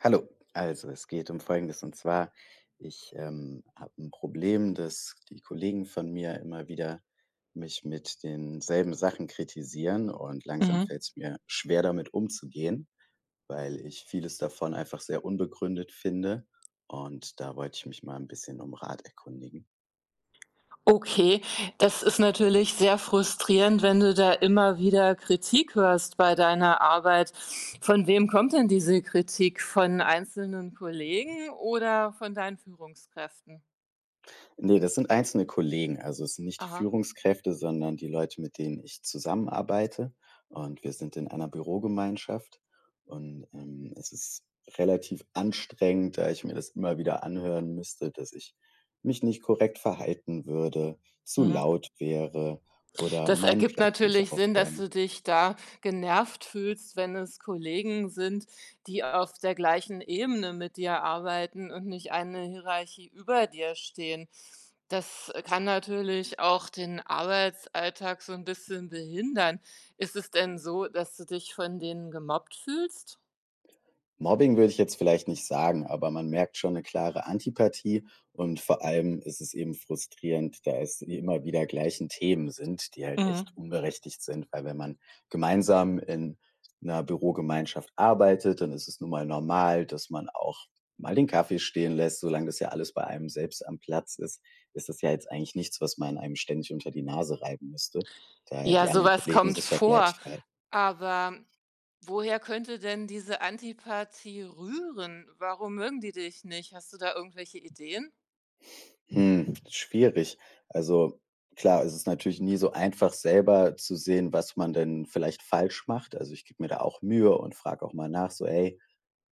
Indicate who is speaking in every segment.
Speaker 1: Hallo, also es geht um Folgendes und zwar, ich habe ein Problem, dass die Kollegen von mir immer wieder mich mit denselben Sachen kritisieren und langsam
Speaker 2: Mhm.
Speaker 1: fällt es mir schwer damit umzugehen, weil ich vieles davon einfach sehr unbegründet finde und da wollte ich mich mal ein bisschen um Rat erkundigen.
Speaker 2: Okay, das ist natürlich sehr frustrierend, wenn du da immer wieder Kritik hörst bei deiner Arbeit. Von wem kommt denn diese Kritik? Von einzelnen Kollegen oder von deinen Führungskräften?
Speaker 1: Ne, das sind einzelne Kollegen. Also, es sind nicht die
Speaker 2: Aha.
Speaker 1: Führungskräfte, sondern die Leute, mit denen ich zusammenarbeite. Und wir sind in einer Bürogemeinschaft. Und, es ist relativ anstrengend, da ich mir das immer wieder anhören müsste, dass ich mich nicht korrekt verhalten würde, zu
Speaker 2: Mhm.
Speaker 1: laut wäre oder
Speaker 2: Das
Speaker 1: meinen
Speaker 2: ergibt
Speaker 1: Platz nicht
Speaker 2: natürlich Sinn, dass
Speaker 1: aufräume.
Speaker 2: du dich da genervt fühlst, wenn es Kollegen sind, die auf der gleichen Ebene mit dir arbeiten und nicht eine Hierarchie über dir stehen. Das kann natürlich auch den Arbeitsalltag so ein bisschen behindern. Ist es denn so, dass du dich von denen gemobbt fühlst?
Speaker 1: Mobbing würde ich jetzt vielleicht nicht sagen, aber man merkt schon eine klare Antipathie und vor allem ist es eben frustrierend, da es immer wieder gleichen Themen sind, die halt echt
Speaker 2: Mhm.
Speaker 1: unberechtigt sind, weil wenn man gemeinsam in einer Bürogemeinschaft arbeitet, dann ist es nun mal normal, dass man auch mal den Kaffee stehen lässt. Solange das ja alles bei einem selbst am Platz ist, ist das ja jetzt eigentlich nichts, was man einem ständig unter die Nase reiben müsste, da
Speaker 2: Ja,
Speaker 1: die anderen
Speaker 2: sowas
Speaker 1: Kollegen
Speaker 2: kommt
Speaker 1: sich ja gleich
Speaker 2: vor.
Speaker 1: verhalten.
Speaker 2: Aber woher könnte denn diese Antipathie rühren? Warum mögen die dich nicht? Hast du da irgendwelche Ideen?
Speaker 1: Hm, schwierig. Also klar, es ist natürlich nie so einfach, selber zu sehen, was man denn vielleicht falsch macht. Also ich gebe mir da auch Mühe und frage auch mal nach, so, hey,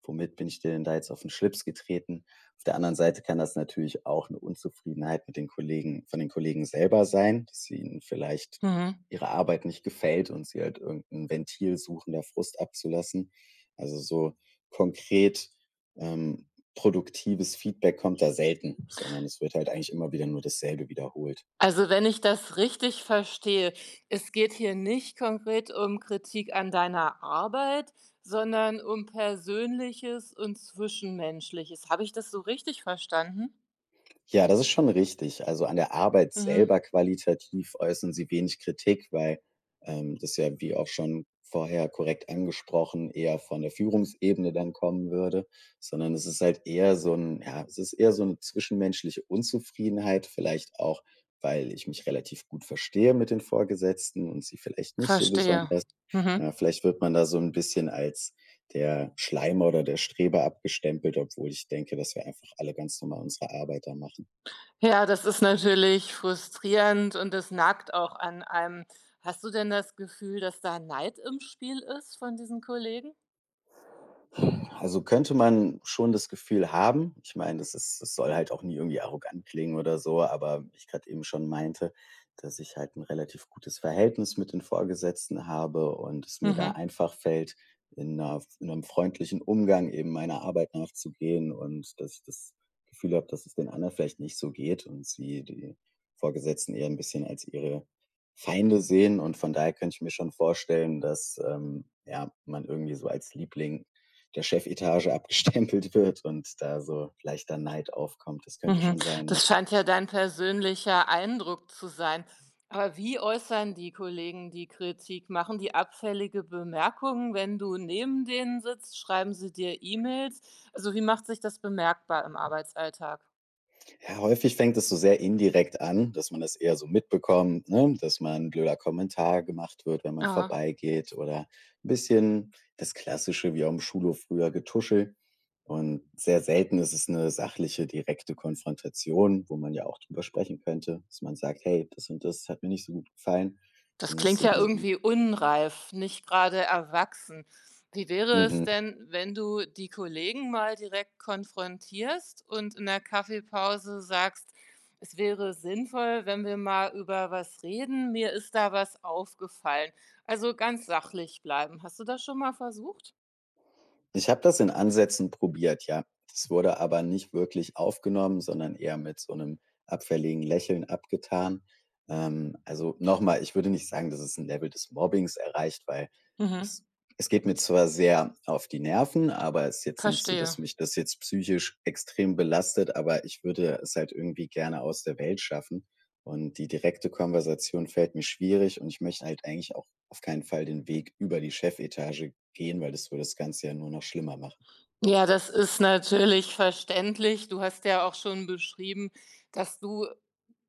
Speaker 1: womit bin ich dir denn da jetzt auf den Schlips getreten? Auf der anderen Seite kann das natürlich auch eine Unzufriedenheit mit den Kollegen von den Kollegen selber sein, dass sie ihnen vielleicht
Speaker 2: Mhm.
Speaker 1: ihre Arbeit nicht gefällt und sie halt irgendein Ventil suchen, da Frust abzulassen. Also, so konkret, ähm, produktives Feedback kommt da selten, sondern es wird halt eigentlich immer wieder nur dasselbe wiederholt.
Speaker 2: Also, wenn ich das richtig verstehe, es geht hier nicht konkret um Kritik an deiner Arbeit, sondern um Persönliches und Zwischenmenschliches. Habe ich das so richtig verstanden?
Speaker 1: Ja, das ist schon richtig. Also, an der Arbeit selber
Speaker 2: Mhm.
Speaker 1: qualitativ äußern sie wenig Kritik, weil, das ja, wie auch schon vorher korrekt angesprochen, eher von der Führungsebene dann kommen würde, sondern es ist halt eher so ein, ja, es ist eher so eine zwischenmenschliche Unzufriedenheit, vielleicht auch, weil ich mich relativ gut verstehe mit den Vorgesetzten und sie vielleicht nicht so
Speaker 2: Verstehe.
Speaker 1: besonders.
Speaker 2: Mhm.
Speaker 1: Ja, vielleicht wird man da so ein bisschen als der Schleimer oder der Streber abgestempelt, obwohl ich denke, dass wir einfach alle ganz normal unsere Arbeit da machen.
Speaker 2: Ja, das ist natürlich frustrierend und das nagt auch an einem. Hast du denn das Gefühl, dass da Neid im Spiel ist von diesen Kollegen?
Speaker 1: Also, könnte man schon das Gefühl haben. Ich meine, das ist das soll halt auch nie irgendwie arrogant klingen oder so, aber ich gerade eben schon meinte, dass ich halt ein relativ gutes Verhältnis mit den Vorgesetzten habe und es mir da
Speaker 2: Mhm,
Speaker 1: einfach fällt, in 'nem freundlichen Umgang eben meiner Arbeit nachzugehen und dass ich das Gefühl habe, dass es den anderen vielleicht nicht so geht und sie die Vorgesetzten eher ein bisschen als ihre Feinde sehen und von daher könnte ich mir schon vorstellen, dass, ja, man irgendwie so als Liebling der Chefetage abgestempelt wird und da so leichter Neid aufkommt. Das könnte
Speaker 2: mhm.
Speaker 1: schon sein, ja.
Speaker 2: Das scheint ja dein persönlicher Eindruck zu sein. Aber wie äußern die Kollegen die Kritik? Machen die abfällige Bemerkungen, wenn du neben denen sitzt? Schreiben sie dir E-Mails? Also wie macht sich das bemerkbar im Arbeitsalltag?
Speaker 1: Ja, häufig fängt es so sehr indirekt an, dass man das eher so mitbekommt, ne? Dass man 'n blöder Kommentar gemacht wird, wenn man
Speaker 2: Aha.
Speaker 1: vorbeigeht oder ein bisschen das Klassische wie auch im Schulhof früher Getuschel. Und sehr selten ist es eine sachliche, direkte Konfrontation, wo man ja auch drüber sprechen könnte, dass man sagt: „Hey, das und das hat mir nicht so gut gefallen.“
Speaker 2: Das
Speaker 1: Sondern es ist
Speaker 2: klingt
Speaker 1: immer
Speaker 2: ja
Speaker 1: so.
Speaker 2: irgendwie unreif, nicht gerade erwachsen. Wie wäre es
Speaker 1: Mhm.
Speaker 2: denn, wenn du die Kollegen mal direkt konfrontierst und in der Kaffeepause sagst: „Es wäre sinnvoll, wenn wir mal über was reden. Mir ist da was aufgefallen.“ Also, ganz sachlich bleiben. Hast du das schon mal versucht?
Speaker 1: Ich habe das in Ansätzen probiert, ja. Das wurde aber nicht wirklich aufgenommen, sondern eher mit so einem abfälligen Lächeln abgetan. Also, nochmal, ich würde nicht sagen, dass es ein Level des Mobbings erreicht, weil
Speaker 2: Mhm,
Speaker 1: es es geht mir zwar sehr auf die Nerven, aber es ist jetzt nicht so, dass
Speaker 2: verstehe.
Speaker 1: mich das jetzt psychisch extrem belastet, aber ich würde es halt irgendwie gerne aus der Welt schaffen und die direkte Konversation fällt mir schwierig und ich möchte halt eigentlich auch auf keinen Fall den Weg über die Chefetage gehen, weil das würde das Ganze ja nur noch schlimmer machen.
Speaker 2: Ja, das ist natürlich verständlich. Du hast ja auch schon beschrieben, dass du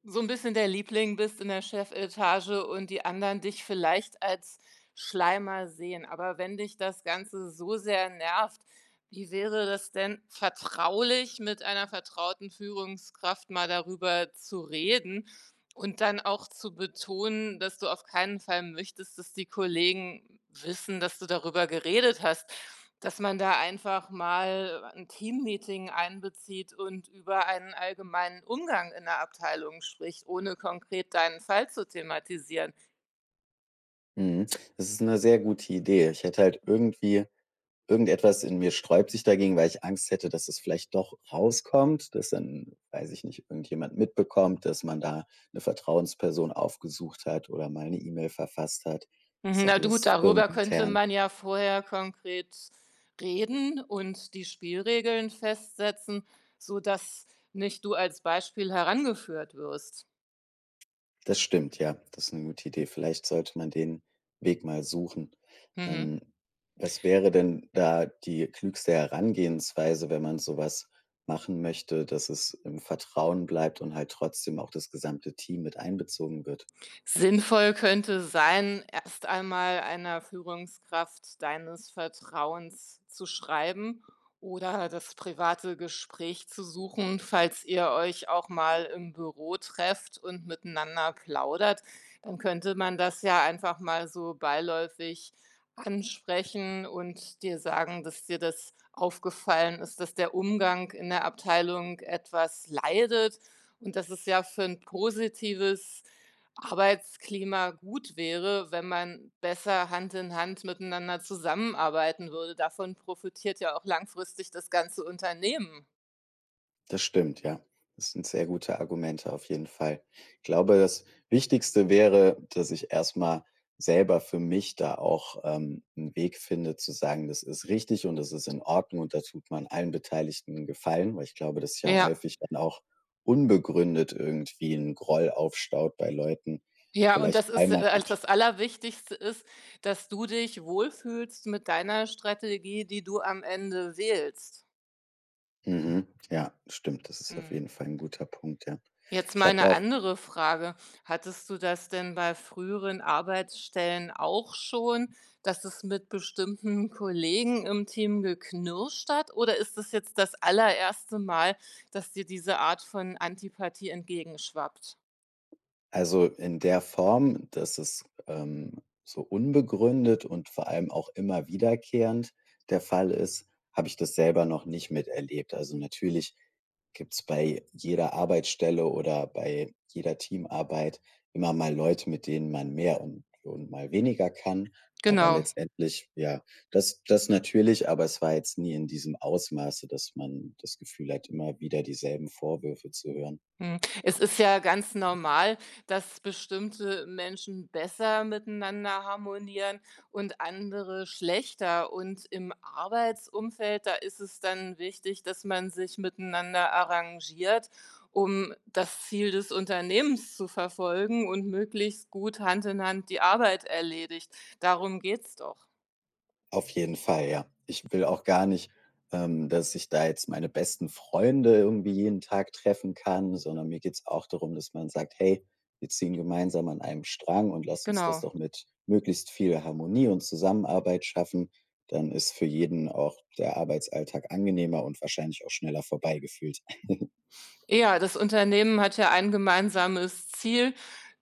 Speaker 2: so 'n bisschen der Liebling bist in der Chefetage und die anderen dich vielleicht als Schleimer sehen. Aber wenn dich das Ganze so sehr nervt, wie wäre das denn, vertraulich mit einer vertrauten Führungskraft mal darüber zu reden und dann auch zu betonen, dass du auf keinen Fall möchtest, dass die Kollegen wissen, dass du darüber geredet hast? Dass man da einfach mal ein Teammeeting einbezieht und über einen allgemeinen Umgang in der Abteilung spricht, ohne konkret deinen Fall zu thematisieren.
Speaker 1: Mhm. Das ist eine sehr gute Idee. Ich hätte halt irgendwie irgendetwas in mir sträubt sich dagegen, weil ich Angst hätte, dass es vielleicht doch rauskommt, dass dann, weiß ich nicht, irgendjemand mitbekommt, dass man da eine Vertrauensperson aufgesucht hat oder mal 'ne E-Mail verfasst hat. Ist
Speaker 2: Mhm,
Speaker 1: ja
Speaker 2: na gut,
Speaker 1: alles
Speaker 2: darüber könnte
Speaker 1: firmenintern.
Speaker 2: man ja vorher konkret reden und die Spielregeln festsetzen, sodass nicht du als Beispiel herangeführt wirst.
Speaker 1: Das stimmt, ja. Das ist eine gute Idee. Vielleicht sollte man den Weg mal suchen.
Speaker 2: Mhm.
Speaker 1: Ähm, Was wäre denn da die klügste Herangehensweise, wenn man so was machen möchte, dass es im Vertrauen bleibt und halt trotzdem auch das gesamte Team mit einbezogen wird?
Speaker 2: Sinnvoll könnte sein, erst einmal einer Führungskraft deines Vertrauens zu schreiben oder das private Gespräch zu suchen, falls ihr euch auch mal im Büro trefft und miteinander plaudert. Dann könnte man das ja einfach mal so beiläufig ansprechen und dir sagen, dass dir das aufgefallen ist, dass der Umgang in der Abteilung etwas leidet. Und dass es ja für ein positives Arbeitsklima gut wäre, wenn man besser Hand in Hand miteinander zusammenarbeiten würde. Davon profitiert ja auch langfristig das ganze Unternehmen.
Speaker 1: Das stimmt, ja. Das sind sehr gute Argumente auf jeden Fall. Ich glaube, das Wichtigste wäre, dass ich erstmal selber für mich da auch, 'n Weg finde zu sagen: „Das ist richtig und das ist in Ordnung und da tut man allen Beteiligten 'n Gefallen“, weil ich glaube, dass ja
Speaker 2: Ja.
Speaker 1: häufig dann auch unbegründet irgendwie ein Groll aufstaut bei Leuten.
Speaker 2: Ja, und
Speaker 1: Vielleicht
Speaker 2: das ist,
Speaker 1: einmal
Speaker 2: als
Speaker 1: auch
Speaker 2: das Allerwichtigste ist, dass du dich wohlfühlst mit deiner Strategie, die du am Ende wählst.
Speaker 1: mhm, ja, stimmt, das ist auf
Speaker 2: Mhm.
Speaker 1: jeden Fall ein guter Punkt, ja.
Speaker 2: Jetzt
Speaker 1: Ich
Speaker 2: mal
Speaker 1: habe
Speaker 2: 'ne
Speaker 1: auch.
Speaker 2: andere Frage. Hattest du das denn bei früheren Arbeitsstellen auch schon, dass es mit bestimmten Kollegen im Team geknirscht hat? Oder ist das jetzt das allererste Mal, dass dir diese Art von Antipathie entgegenschwappt?
Speaker 1: Also, in der Form, dass es, so unbegründet und vor allem auch immer wiederkehrend der Fall ist, habe ich das selber noch nicht miterlebt. Also, natürlich gibt es bei jeder Arbeitsstelle oder bei jeder Teamarbeit immer mal Leute, mit denen man mehr und mal weniger kann. Aber
Speaker 2: Genau.
Speaker 1: letztendlich, ja, das natürlich, aber es war jetzt nie in diesem Ausmaße, dass man das Gefühl hat, immer wieder dieselben Vorwürfe zu hören.
Speaker 2: Hm, es ist ja ganz normal, dass bestimmte Menschen besser miteinander harmonieren und andere schlechter. Und im Arbeitsumfeld, da ist es dann wichtig, dass man sich miteinander arrangiert, um das Ziel des Unternehmens zu verfolgen und möglichst gut Hand in Hand die Arbeit erledigt. Darum geht's doch.
Speaker 1: Auf jeden Fall, ja. Ich will auch gar nicht, dass ich da jetzt meine besten Freunde irgendwie jeden Tag treffen kann, sondern mir geht's auch darum, dass man sagt: „Hey, wir ziehen gemeinsam an einem Strang und lass uns das
Speaker 2: Genau.
Speaker 1: doch mit möglichst viel Harmonie und Zusammenarbeit schaffen.“ Dann ist für jeden auch der Arbeitsalltag angenehmer und wahrscheinlich auch schneller vorbei gefühlt.
Speaker 2: Ja, das Unternehmen hat ja ein gemeinsames Ziel.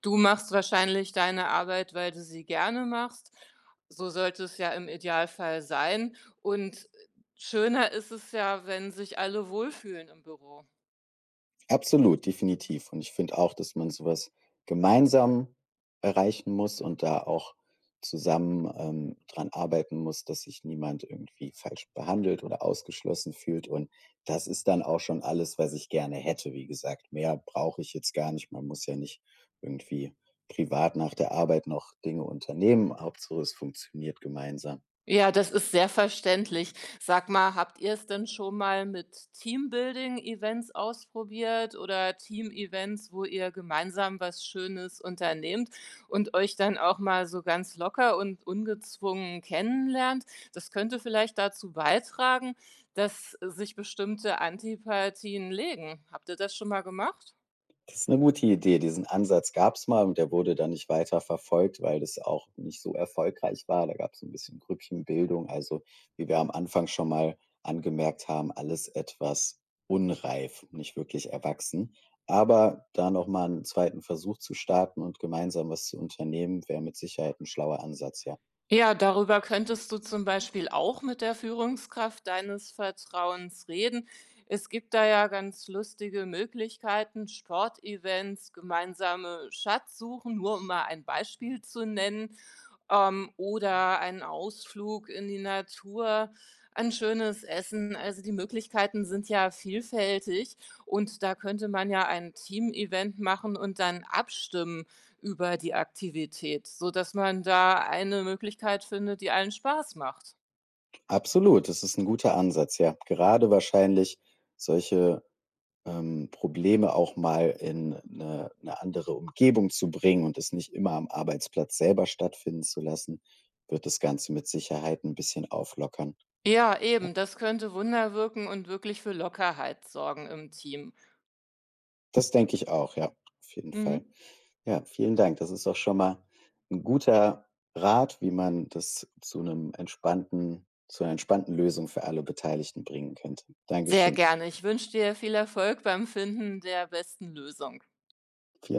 Speaker 2: Du machst wahrscheinlich deine Arbeit, weil du sie gerne machst. So sollte es ja im Idealfall sein. Und schöner ist es ja, wenn sich alle wohlfühlen im Büro.
Speaker 1: Absolut, definitiv. Und ich finde auch, dass man so was gemeinsam erreichen muss und da auch zusammen, dran arbeiten muss, dass sich niemand irgendwie falsch behandelt oder ausgeschlossen fühlt. Und das ist dann auch schon alles, was ich gerne hätte. Wie gesagt, mehr brauche ich jetzt gar nicht. Man muss ja nicht irgendwie privat nach der Arbeit noch Dinge unternehmen. Hauptsache, es funktioniert gemeinsam.
Speaker 2: Ja, das ist sehr verständlich. Sag mal, habt ihr es denn schon mal mit Teambuilding-Events ausprobiert oder Team-Events, wo ihr gemeinsam was Schönes unternehmt und euch dann auch mal so ganz locker und ungezwungen kennenlernt? Das könnte vielleicht dazu beitragen, dass sich bestimmte Antipathien legen. Habt ihr das schon mal gemacht?
Speaker 1: Das ist eine gute Idee. Diesen Ansatz gab es mal und der wurde dann nicht weiter verfolgt, weil das auch nicht so erfolgreich war. Da gab es ein bisschen Grüppchenbildung. Also, wie wir am Anfang schon mal angemerkt haben, alles etwas unreif, nicht wirklich erwachsen. Aber da nochmal einen zweiten Versuch zu starten und gemeinsam was zu unternehmen, wäre mit Sicherheit ein schlauer Ansatz, ja.
Speaker 2: Ja, darüber könntest du zum Beispiel auch mit der Führungskraft deines Vertrauens reden. Es gibt da ja ganz lustige Möglichkeiten, Sportevents, gemeinsame Schatzsuchen, nur um mal ein Beispiel zu nennen. Oder einen Ausflug in die Natur, ein schönes Essen. Also, die Möglichkeiten sind ja vielfältig und da könnte man ja ein Teamevent machen und dann abstimmen über die Aktivität, sodass man da eine Möglichkeit findet, die allen Spaß macht.
Speaker 1: Absolut, das ist ein guter Ansatz, ja. Gerade wahrscheinlich solche Probleme auch mal in eine 'ne andere Umgebung zu bringen und es nicht immer am Arbeitsplatz selber stattfinden zu lassen, wird das Ganze mit Sicherheit ein bisschen auflockern.
Speaker 2: Ja, eben, das könnte Wunder wirken und wirklich für Lockerheit sorgen im Team.
Speaker 1: Das denke ich auch, ja, auf jeden
Speaker 2: Mhm.
Speaker 1: Fall. Ja, vielen Dank. Das ist auch schon mal ein guter Rat, wie man das zu einem entspannten zu einer entspannten Lösung für alle Beteiligten bringen könnte.
Speaker 2: Sehr
Speaker 1: Dankeschön.
Speaker 2: gerne. Ich wünsche dir viel Erfolg beim Finden der besten Lösung.
Speaker 1: Vielen